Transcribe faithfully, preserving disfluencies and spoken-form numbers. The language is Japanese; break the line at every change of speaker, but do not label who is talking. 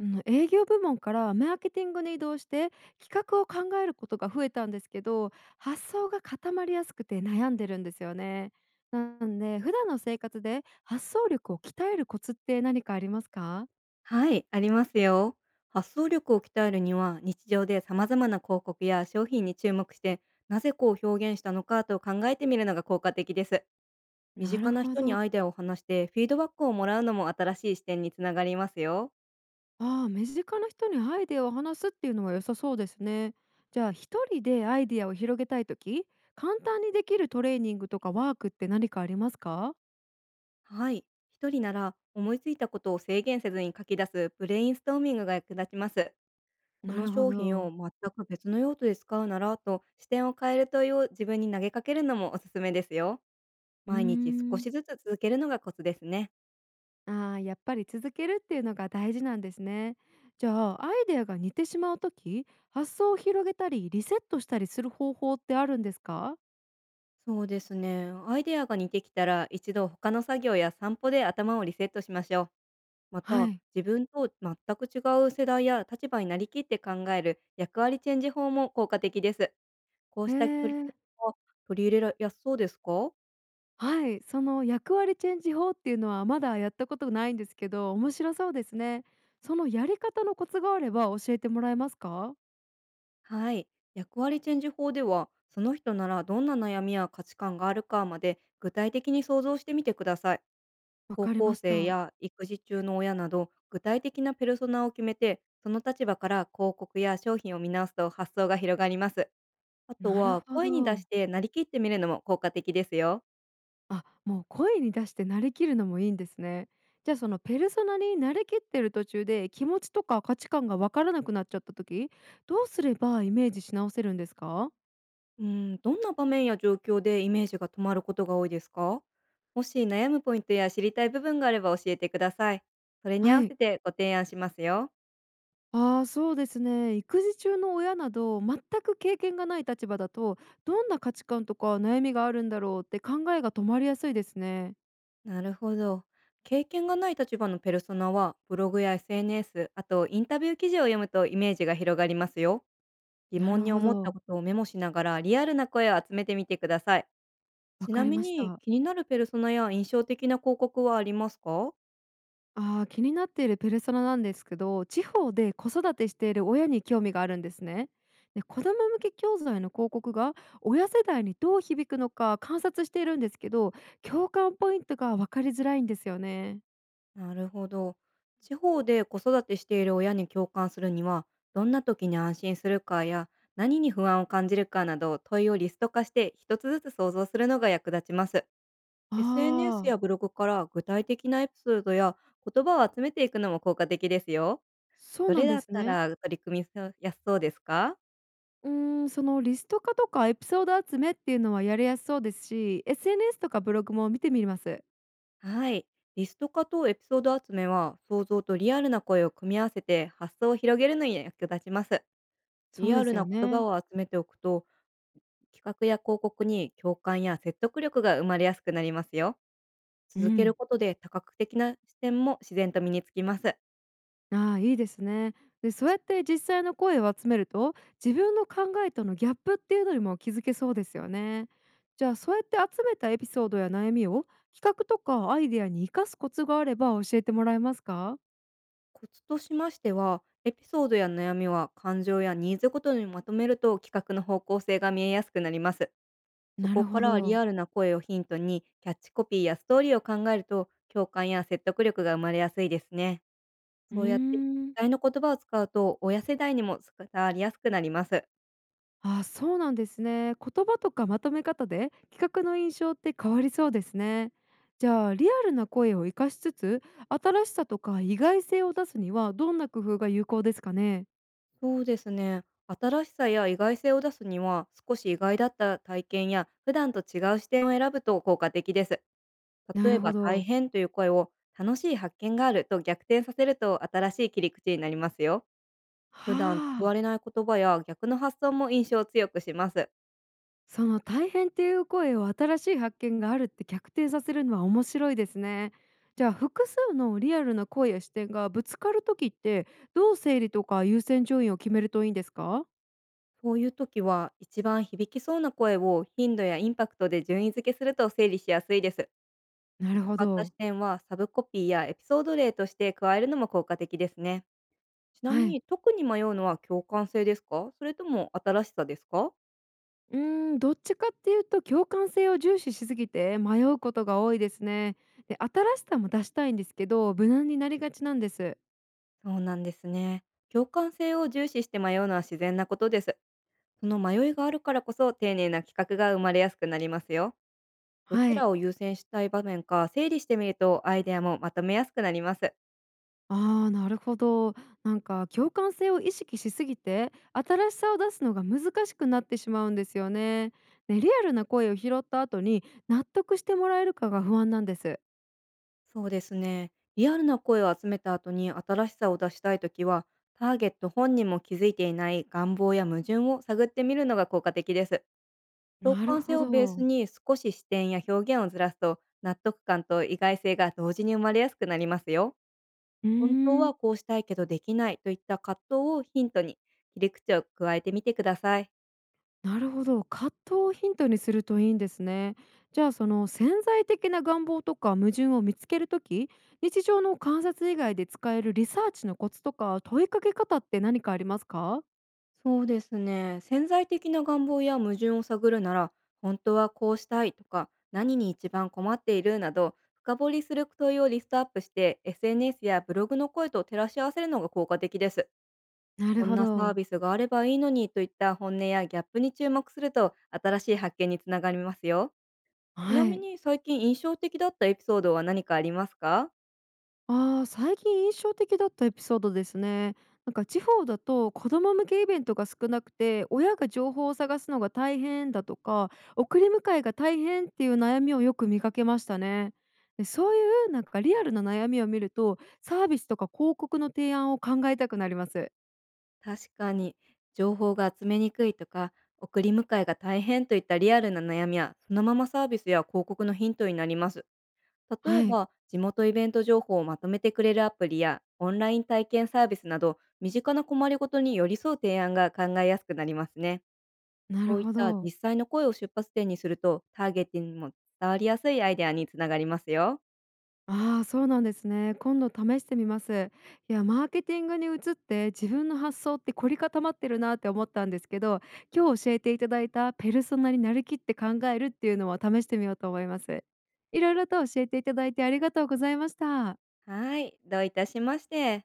あの営業部門からマーケティングに移動して、企画を考えることが増えたんですけど、発想が固まりやすくて悩んでるんですよね。なんで普段の生活で発想力を鍛えるコツって何かありますか？
はい、ありますよ。発想力を鍛えるには、日常で様々な広告や商品に注目して、なぜこう表現したのかと考えてみるのが効果的です。身
な
近
る
な
ほ
人に
ど。
アイデアを話して、フィードバックをもらうのも新しい視点につながりますよ。
ああ、身近な人にアイデアを話すっていうのは良さそうですね。じゃあ一人でアイデアを広げたいとき、簡単にできるトレーニングとかワークって何かありますか？
はい、一人なら思いついたことを制限せずに書き出すブレインストーミングが役立ちます。こ
な
の
るほ
商品
ど。
を全く別の用途で使うならと視点を変える問いを自分に投げかけるのもおすすめですよ。
うー
毎日少
ん。
しずつ続けるのがコツですね。
ああ、やっぱり続けるっていうのが大事なんですね。じゃあアイデアが似てしまうとき、発想を広げたりリセットしたりする方法ってあるんですか？
そうですね。アイデアが似てきたら、一度他の作業や散歩で頭をリセットしましょう。ま
は
た、
い。
自分と全く違う世代や立場になりきって考える役割チェンジ法も効果的です。こう
へえ
した取り
ー、
組みを取り入れやすそうですか？
はい、その役割チェンジ法っていうのはまだやったことないんですけど、面白そうですね。そのやり方のコツがあれば教えてもらえますか？
はい。役割チェンジ法では、その人ならどんな悩みや価値観があるかまで具体的に想像してみてください。
わ
高
かり
校
まし
生
た。
や育児中の親など具体的なペルソナを決めて、その立場から広告や商品を見直すと発想が広がります。あと
なる
は
ほ
声に出
ど。
してなりきってみるのも効果的ですよ。
あ、もう声に出してなりきるのもいいんですね。じゃあそのペルソナになりきってる途中で気持ちとか価値観がわからなくなっちゃった時、どうすればイメージし直せるんですか？
うん、どんな場面や状況でイメージが止まることが多いですか？もし悩むポイントや知りたい部分があれば教えてください。それに合わ
は
せ
い。
てご提案しますよ。
ああ、そうですね。育児中の親など全く経験がない立場だと、どんな価値観とか悩みがあるんだろうって考えが止まりやすいですね。
なるほど。経験がない立場のペルソナはブログや エスエヌエス、あとインタビュー記事を読むとイメージが広がりますよ。疑
な
問
る
に
ほ
思った
ど。
ことをメモしながらリアルな声を集めてみてください。
わ
ち
か
な
り
み
まし
に、
た。
気になるペルソナや印象的な広告はありますか？
ああ、気になっているペルソナなんですけど、地方で子育てしている親に興味があるんですね。で、子供向け教材の広告が親世代にどう響くのか観察しているんですけど、共感ポイントが分かりづらいんですよね。
なるほど。地方で子育てしている親に共感するには、どんな時に安心するかや、何に不安を感じるかなど、問いをリスト化して一つずつ想像するのが役立ちます。
あ
エスエヌエス
あ、
やブログから具体的なエピソードや言葉を集めていくのも効果的ですよ。
そう
ど
な
れ
ん
だ
で
っ
す
た
ね。
ら取り組みやすそうですか？
うーん、そのリスト化とかエピソード集めっていうのはやりやすそうですし、エスエヌエス とかブログも見てみます。
はい。リスト化とエピソード集めは、想像とリアルな声を組み合わせて発想を広げるのに役立ちます。
そ
リ
う
ア
で
ル
すよ
な言葉
ね。
を集めておくと、企画や広告に共感や説得力が生まれやすくなりますよ。
う
続ける
ん。
ことで多角的な視点も自然と身につきます。
ああ、いいですね。で、そうやって実際の声を集めると、自分の考えとのギャップっていうのにも気づけそうですよね。じゃあ、そうやって集めたエピソードや悩みを企画とかアイデアに生かすコツがあれば教えてもらえますか？
コツとしましては、エピソードや悩みは感情やニーズごとにまとめると、企画の方向性が見えやすくなります。そ
な
こ
る
か
ほ
らリ
ど。
アルな声をヒントにキャッチコピーやストーリーを考えると、共感や説得力が生まれやすいですね。
うー
そうやって
ん。
実際の言葉を使うと、親世代にも伝わりやすくなります。
ああ、そうなんですね。言葉とかまとめ方で企画の印象って変わりそうですね。じゃあ、リアルな声を生かしつつ、新しさとか意外性を出すにはどんな工夫が有効ですかね？
そうですね。新しさや意外性を出すには、少し意外だった体験や普段と違う視点を選ぶと効果的です。
な
例え
るほ
ば、大
ど。
変という声を楽しい発見があると逆転させると、新しい切り口になりますよ。普段使
は
われ
あ、
ない言葉や逆の発想も印象を強くします。
その大変っていう声を新しい発見があるって逆転させるのは面白いですね。じゃあ複数のリアルな声や視点がぶつかる時って、どう整理とか優先順位を決めるといいんですか？
そういう時は、一番響きそうな声を頻度やインパクトで順位付けすると整理しやすいです。
なるほ
使った視
ど。
点はサブコピーやエピソード例として加えるのも効果的ですね。ちな
は
み
い。
に、特に迷うのは共感性ですか、それとも新しさですか？
うーん、どっちかっていうと共感性を重視しすぎて迷うことが多いですね。で、新しさも出したいんですけど無難になりがちなんです。
そうなんですね。共感性を重視して迷うのは自然なことです。その迷いがあるからこそ、丁寧な企画が生まれやすくなりますよ。ど
は
ち
い。
らを優先したい場面か整理してみると、アイデアもまとめやすくなります。
ああ、なるほど。なんか共感性を意識しすぎて、新しさを出すのが難しくなってしまうんですよね。ね、リアルな声を拾った後に納得してもらえるかが不安なんです。
そうですね。リアルな声を集めた後に新しさを出したいときは、ターゲット本人も気づいていない願望や矛盾を探ってみるのが効果的です。共
なる
感性
ほ
をベース
ど。
に少し視点や表現をずらすと、納得感と意外性が同時に生まれやすくなりますよ。
うー
本当
ん、
はこうしたいけどできないといった葛藤をヒントに、切り口を加えてみてください。
なるほど。葛藤をヒントにするといいんですね。じゃあその潜在的な願望とか矛盾を見つけるとき、日常の観察以外で使えるリサーチのコツとか問いかけ方って何かありますか？
そうですね。潜在的な願望や矛盾を探るなら、本当はこうしたいとか、何に一番困っているなど、深掘りする問いをリストアップして、エスエヌエス やブログの声と照らし合わせるのが効果的です。
なる
こん
ほ
なサー
ど。
ビスがあればいいのにといった本音やギャップに注目すると、新しい発見につながりますよ。ちな
は
み
い。
に、最近印象的だったエピソードは何かありますか？
ああ、最近印象的だったエピソードですね。なんか地方だと子ども向けイベントが少なくて、親が情報を探すのが大変だとか、送り迎えが大変っていう悩みをよく見かけましたね。で、そういうなんかリアルな悩みを見ると、サービスとか広告の提案を考えたくなります。
確かに、情報が集めにくいとか、送り迎えが大変といったリアルな悩みは、そのままサービスや広告のヒントになります。例え
はい、
ば、地元イベント情報をまとめてくれるアプリや、オンライン体験サービスなど、身近な困りごとに寄り添う提案が考えやすくなりますね。
な
そ
る
ういっ
ほ
た
ど。
実際の声を出発点にすると、ターゲットにも伝わりやすいアイデアにつながりますよ。
ああ、そうなんですね。今度試してみます。いや、マーケティングに移って自分の発想って凝り固まってるなって思ったんですけど、今日教えていただいたペルソナになりきって考えるっていうのは試してみようと思います。いろいろと教えていただいてありがとうございました。
はい、どういたしまして。